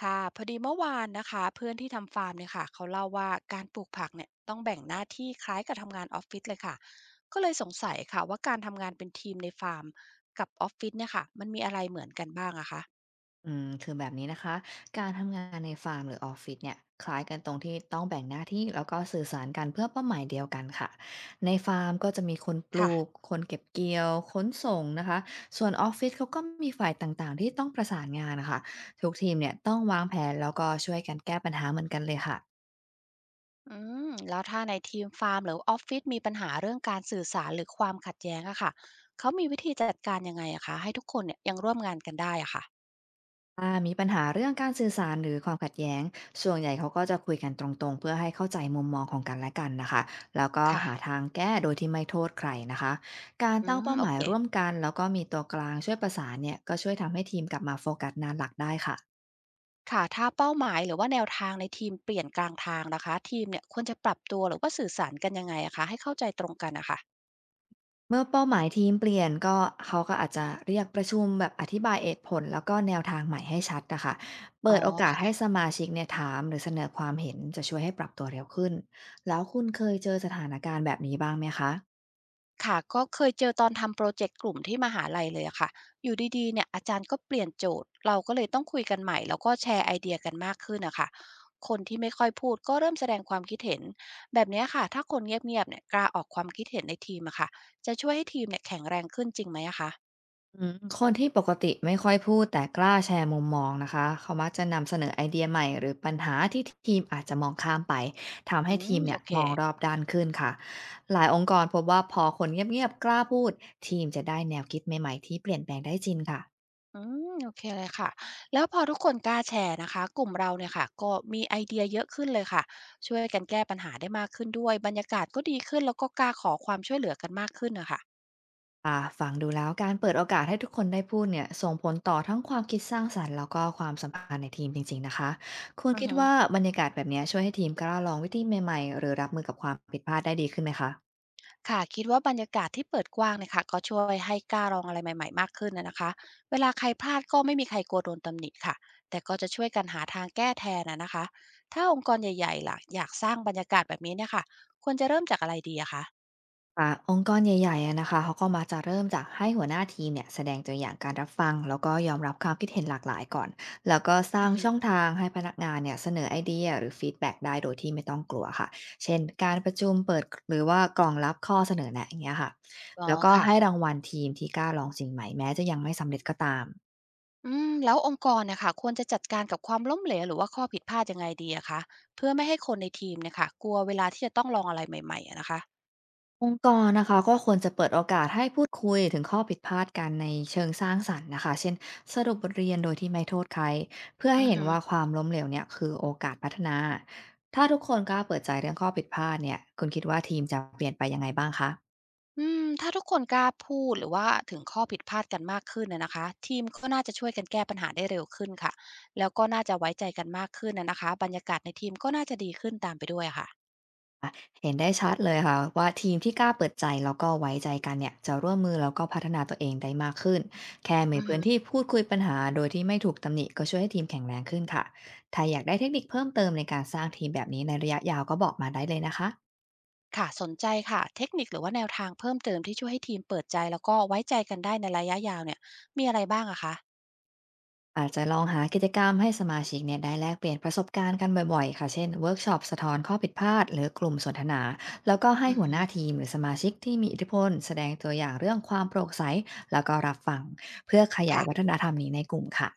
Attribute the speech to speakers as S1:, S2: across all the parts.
S1: ค่ะพอดีเมื่อวานนะคะเพื่อนที่ทำฟาร์มเนี่ยค่ะเขาเล่าว่าการปลูกผักเนี่ยต้องแบ่งหน้าที่คล้ายกับทำงานออฟฟิศเลยค่ะก็เลยสงสัยค่ะว่าการทำงานเป็นทีมในฟาร์มกับออฟฟิศเนี่ยค่ะมันมีอะไรเหมือนกันบ้างอะคะ
S2: คือแบบนี้นะคะการทำงานในฟาร์มหรือออฟฟิศเนี่ยคล้ายกันตรงที่ต้องแบ่งหน้าที่แล้วก็สื่อสารกันเพื่อเป้าหมายเดียวกันค่ะในฟาร์มก็จะมีคนป
S1: ค่ะ
S2: ลูกคนเก็บเกี่ยวขนส่งนะคะส่วนออฟฟิศเขาก็มีฝ่ายต่างๆที่ต้องประสานงานนะคะทุกทีมเนี่ยต้องวางแผนแล้วก็ช่วยกันแก้ปัญหาเหมือนกันเลยค่ะ
S1: อืมแล้วถ้าในทีมฟาร์มหรือออฟฟิศมีปัญหาเรื่องการสื่อสารหรือความขัดแย้งอะค่ะเขามีวิธีจัดการยังไงอะคะให้ทุกคนเนี่ยยังร่วมงานกันได้อะค่ะ
S2: ถ้ามีปัญหาเรื่องการสื่อสารหรือความขัดแย้ง ส่วนใหญ่เขาก็จะคุยกันตรงๆเพื่อให้เข้าใจมุมมองของกันและกันนะคะแล้วก็หา
S1: ค่ะ
S2: ทางแก้โดยที่ไม่โทษใครนะคะ การ
S1: อื
S2: ตั้ง
S1: ม
S2: เป้า
S1: โอ
S2: หมาย
S1: เค
S2: ร่วมกันแล้วก็มีตัวกลางช่วยประสานเนี่ยก็ช่วยทำให้ทีมกลับมาโฟกัสงานหลักได้ค่ะ
S1: ค่ะถ้าเป้าหมายหรือว่าแนวทางในทีมเปลี่ยนกลางทางนะคะทีมเนี่ยควรจะปรับตัวหรือว่าสื่อสารกันยังไงอะคะให้เข้าใจตรงกันนะคะ
S2: เมื่อเป้าหมายทีมเปลี่ยนก็เขาก็อาจจะเรียกประชุมแบบอธิบายเหตุผลแล้วก็แนวทางใหม่ให้ชัดนะคะ
S1: อ๋
S2: เปิ
S1: อ
S2: ดโอกาสให้
S1: ค่ะ
S2: สมาชิกเนี่ยถามหรือเสนอความเห็นจะช่วยให้ปรับตัวเร็วขึ้นแล้วคุณเคยเจอสถานการณ์แบบนี้บ้างไหมคะ
S1: ค่ะก็เคยเจอตอนทำโปรเจกต์กลุ่มที่มหาลัยเลยอะค่ะอยู่ดีๆเนี่ยอาจารย์ก็เปลี่ยนโจทย์เราก็เลยต้องคุยกันใหม่แล้วก็แชร์ไอเดียกันมากขึ้นนะคะคนที่ไม่ค่อยพูดก็เริ่มแสดงความคิดเห็นแบบเนี้ยค่ะถ้าคนเงียบๆเนี่ยกล้าออกความคิดเห็นในทีมอะค่ะจะช่วยให้ทีมเนี่ยแข็งแรงขึ้นจริงไหมอะคะ
S2: คนที่ปกติไม่ค่อยพูดแต่กล้าแชร์มุมมองนะคะเขามักจะนำเสนอไอเดียใหม่หรือปัญหาที่ทีมอาจจะมองข้ามไปทำ
S1: อื
S2: ให้ที
S1: ม
S2: มเนี่
S1: โอ
S2: ย
S1: เค
S2: มองรอบด้านขึ้นค่ะหลายองค์กรพบว่าพอคนเงียบๆกล้าพูดทีมจะได้แนวคิดใหม่ๆที่เปลี่ยนแปลงได้จริงค่ะ
S1: อืมโอเคเลยค่ะแล้วพอทุกคนกล้าแชร์นะคะกลุ่มเราเนี่ยค่ะก็มีไอเดียเยอะขึ้นเลยค่ะช่วยกันแก้ปัญหาได้มากขึ้นด้วยบรรยากาศก็ดีขึ้นแล้วก็กล้าขอความช่วยเหลือกันมากขึ้นนะคะ
S2: ฟังดูแล้วการเปิดโอกาสให้ทุกคนได้พูดเนี่ยส่งผลต่อทั้งความคิดสร้างสรรค์แล้วก็ความสัมพันธ์ในทีมจริงๆนะคะคุณ
S1: อือ
S2: คิด
S1: ฮึ
S2: ว่าบรรยากาศแบบเนี้ยช่วยให้ทีมกล้าลองวิธีใหม่ๆหรือรับมือกับความผิดพลาดได้ดีขึ้นไหมคะ
S1: ค่ะคิดว่าบรรยากาศที่เปิดกว้างเนี่ยค่ะก็ช่วยให้กล้าลองอะไรใหม่ๆมากขึ้นนะคะเวลาใครพลาดก็ไม่มีใครกลัวโดนตำหนิค่ะแต่ก็จะช่วยกันหาทางแก้แทนนะคะถ้าองค์กรใหญ่ๆล่ะอยากสร้างบรรยากาศแบบนี้เนี่ยค่ะควรจะเริ่มจากอะไรดีอะคะ
S2: ค่ะองค์กรใหญ่ๆอะนะคะเขาก็มากจะเริ่มจากให้หัวหน้าทีมเนี่ยแสดงตัวอย่างการรับฟังแล้วก็ยอมรับความคิดเห็นหลากหลายก่อนแล้วก็สร้า
S1: อื
S2: ง
S1: อฮึ
S2: ช่องทางให้พนักงานเนี่ยเสนอไอเดียหรือฟีดแบ็กได้โดยที่ไม่ต้องกลัวค่ะเช่นการประชุมเปิดหรือว่ากล่องรับข้อเสนอแนะอย่างเงี้ยค่ะ
S1: อ๋อ
S2: แล้วก็
S1: ค่ะ
S2: ให้รางวัลทีมที่กล้าลองสิ่งใหม่แม้จะยังไม่สำเร็จก็ตาม
S1: อืมแล้วองค์กรน่ะค่ะควรจะจัดการกับความล้มเหลวหรือว่าข้อผิดพลาดยังไงดีอะคะเพื่อไม่ให้คนในทีมเนี่ยค่ะกลัวเวลาที่จะต้องลองอะไรใหม่ๆอะนะคะ
S2: องค์กรนะคะก็ควรจะเปิดโอกาสให้พูดคุยถึงข้อผิดพลาดกันในเชิงสร้างสรรค์นะคะเช่นสรุปบทเรียนโดยที่ไม่โทษใครเพื่อให้
S1: อือ
S2: เห็น
S1: ฮึ
S2: ว่าความล้มเหลวเนี่ยคือโอกาสพัฒนาถ้าทุกคนกล้าเปิดใจเรื่องข้อผิดพลาดเนี่ยคุณคิดว่าทีมจะเปลี่ยนไปยังไงบ้างคะ
S1: อืมถ้าทุกคนกล้าพูดหรือว่าถึงข้อผิดพลาดกันมากขึ้นอะนะคะทีมก็น่าจะช่วยกันแก้ปัญหาได้เร็วขึ้นค่ะแล้วก็น่าจะไว้ใจกันมากขึ้นอะนะคะบรรยากาศในทีมก็น่าจะดีขึ้นตามไปด้วยอะค่ะ
S2: เห็นได้ชัดเลยค่ะว่าทีมที่กล้าเปิดใจแล้วก็ไว้ใจกันเนี่ยจะร่วมมือแล้วก็พัฒนาตัวเองได้มากขึ้นแค่มี
S1: อือฮึ
S2: พื้นที่พูดคุยปัญหาโดยที่ไม่ถูกตำหนิก็ช่วยให้ทีมแข็งแรงขึ้นค่ะถ้าอยากได้เทคนิคเพิ่มเติมในการสร้างทีมแบบนี้ในระยะยาวก็บอกมาได้เลยนะคะ
S1: ค่ะสนใจค่ะเทคนิคหรือว่าแนวทางเพิ่มเติมที่ช่วยให้ทีมเปิดใจแล้วก็ไว้ใจกันได้ในระยะยาวเนี่ยมีอะไรบ้างอะคะ
S2: อาจจะลองหากิจกรรมให้สมาชิกเนี่ยได้แลกเปลี่ยนประสบการณ์กันบ่อยๆค่ะเช่นเวิร์กช็อปสะท้อนข้อผิดพลาดหรือกลุ่มสนทนาแล้วก็ให้
S1: อือ
S2: หัวหน้า
S1: ฮึ
S2: ทีมหรือสมาชิกที่มีอิทธิพลแสดงตัวอย่างเรื่องความโปร่งใสแล้วก็รับฟังเพื่อขยาย
S1: ค่ะ
S2: วัฒนธรรมนี้ในกลุ่มค่ะ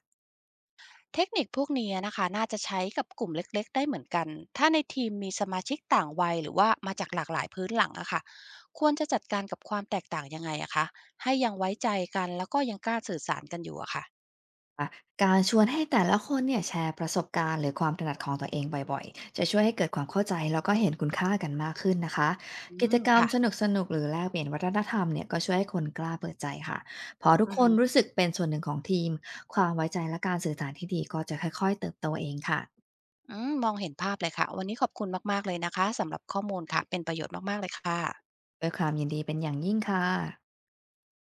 S1: เทคนิคพวกนี้นะคะน่าจะใช้กับกลุ่มเล็กๆได้เหมือนกันถ้าในทีมมีสมาชิกต่างวัยหรือว่ามาจากหลากหลายพื้นหลังอะค่ะควรจะจัดการกับความแตกต่างยังไงอะคะให้ยังไว้ใจกันแล้วก็ยังกล้าสื่อสารกันอยู่อะค่ะ
S2: อะการชวนให้แต่ละคนเนี่ยแชร์ประสบการณ์หรือความถนัดของตัวเองบ่อยๆจะช่วยให้เกิดความเข้าใจแล้วก็เห็นคุณค่ากันมากขึ้นนะคะ
S1: อื
S2: กิจ
S1: ม
S2: กรรม
S1: ค่ะ
S2: สนุกๆหรือแลกเปลี่ยนวัฒนธรรมเนี่ยก็ช่วยให้คนกล้าเปิดใจค่ะพอทุก
S1: อือ
S2: ค
S1: หื
S2: น
S1: อ
S2: รู้สึกเป็นส่วนหนึ่งของทีมความไว้ใจและการสื่อสารที่ดีก็จะค่อยๆเติบโตเองค่ะ
S1: อืมมองเห็นภาพเลยค่ะวันนี้ขอบคุณมากๆเลยนะคะสำหรับข้อมูลค่ะเป็นประโยชน์มากๆเลยค่ะ
S2: ด้วยความยินดีเป็นอย่างยิ่งค่ะ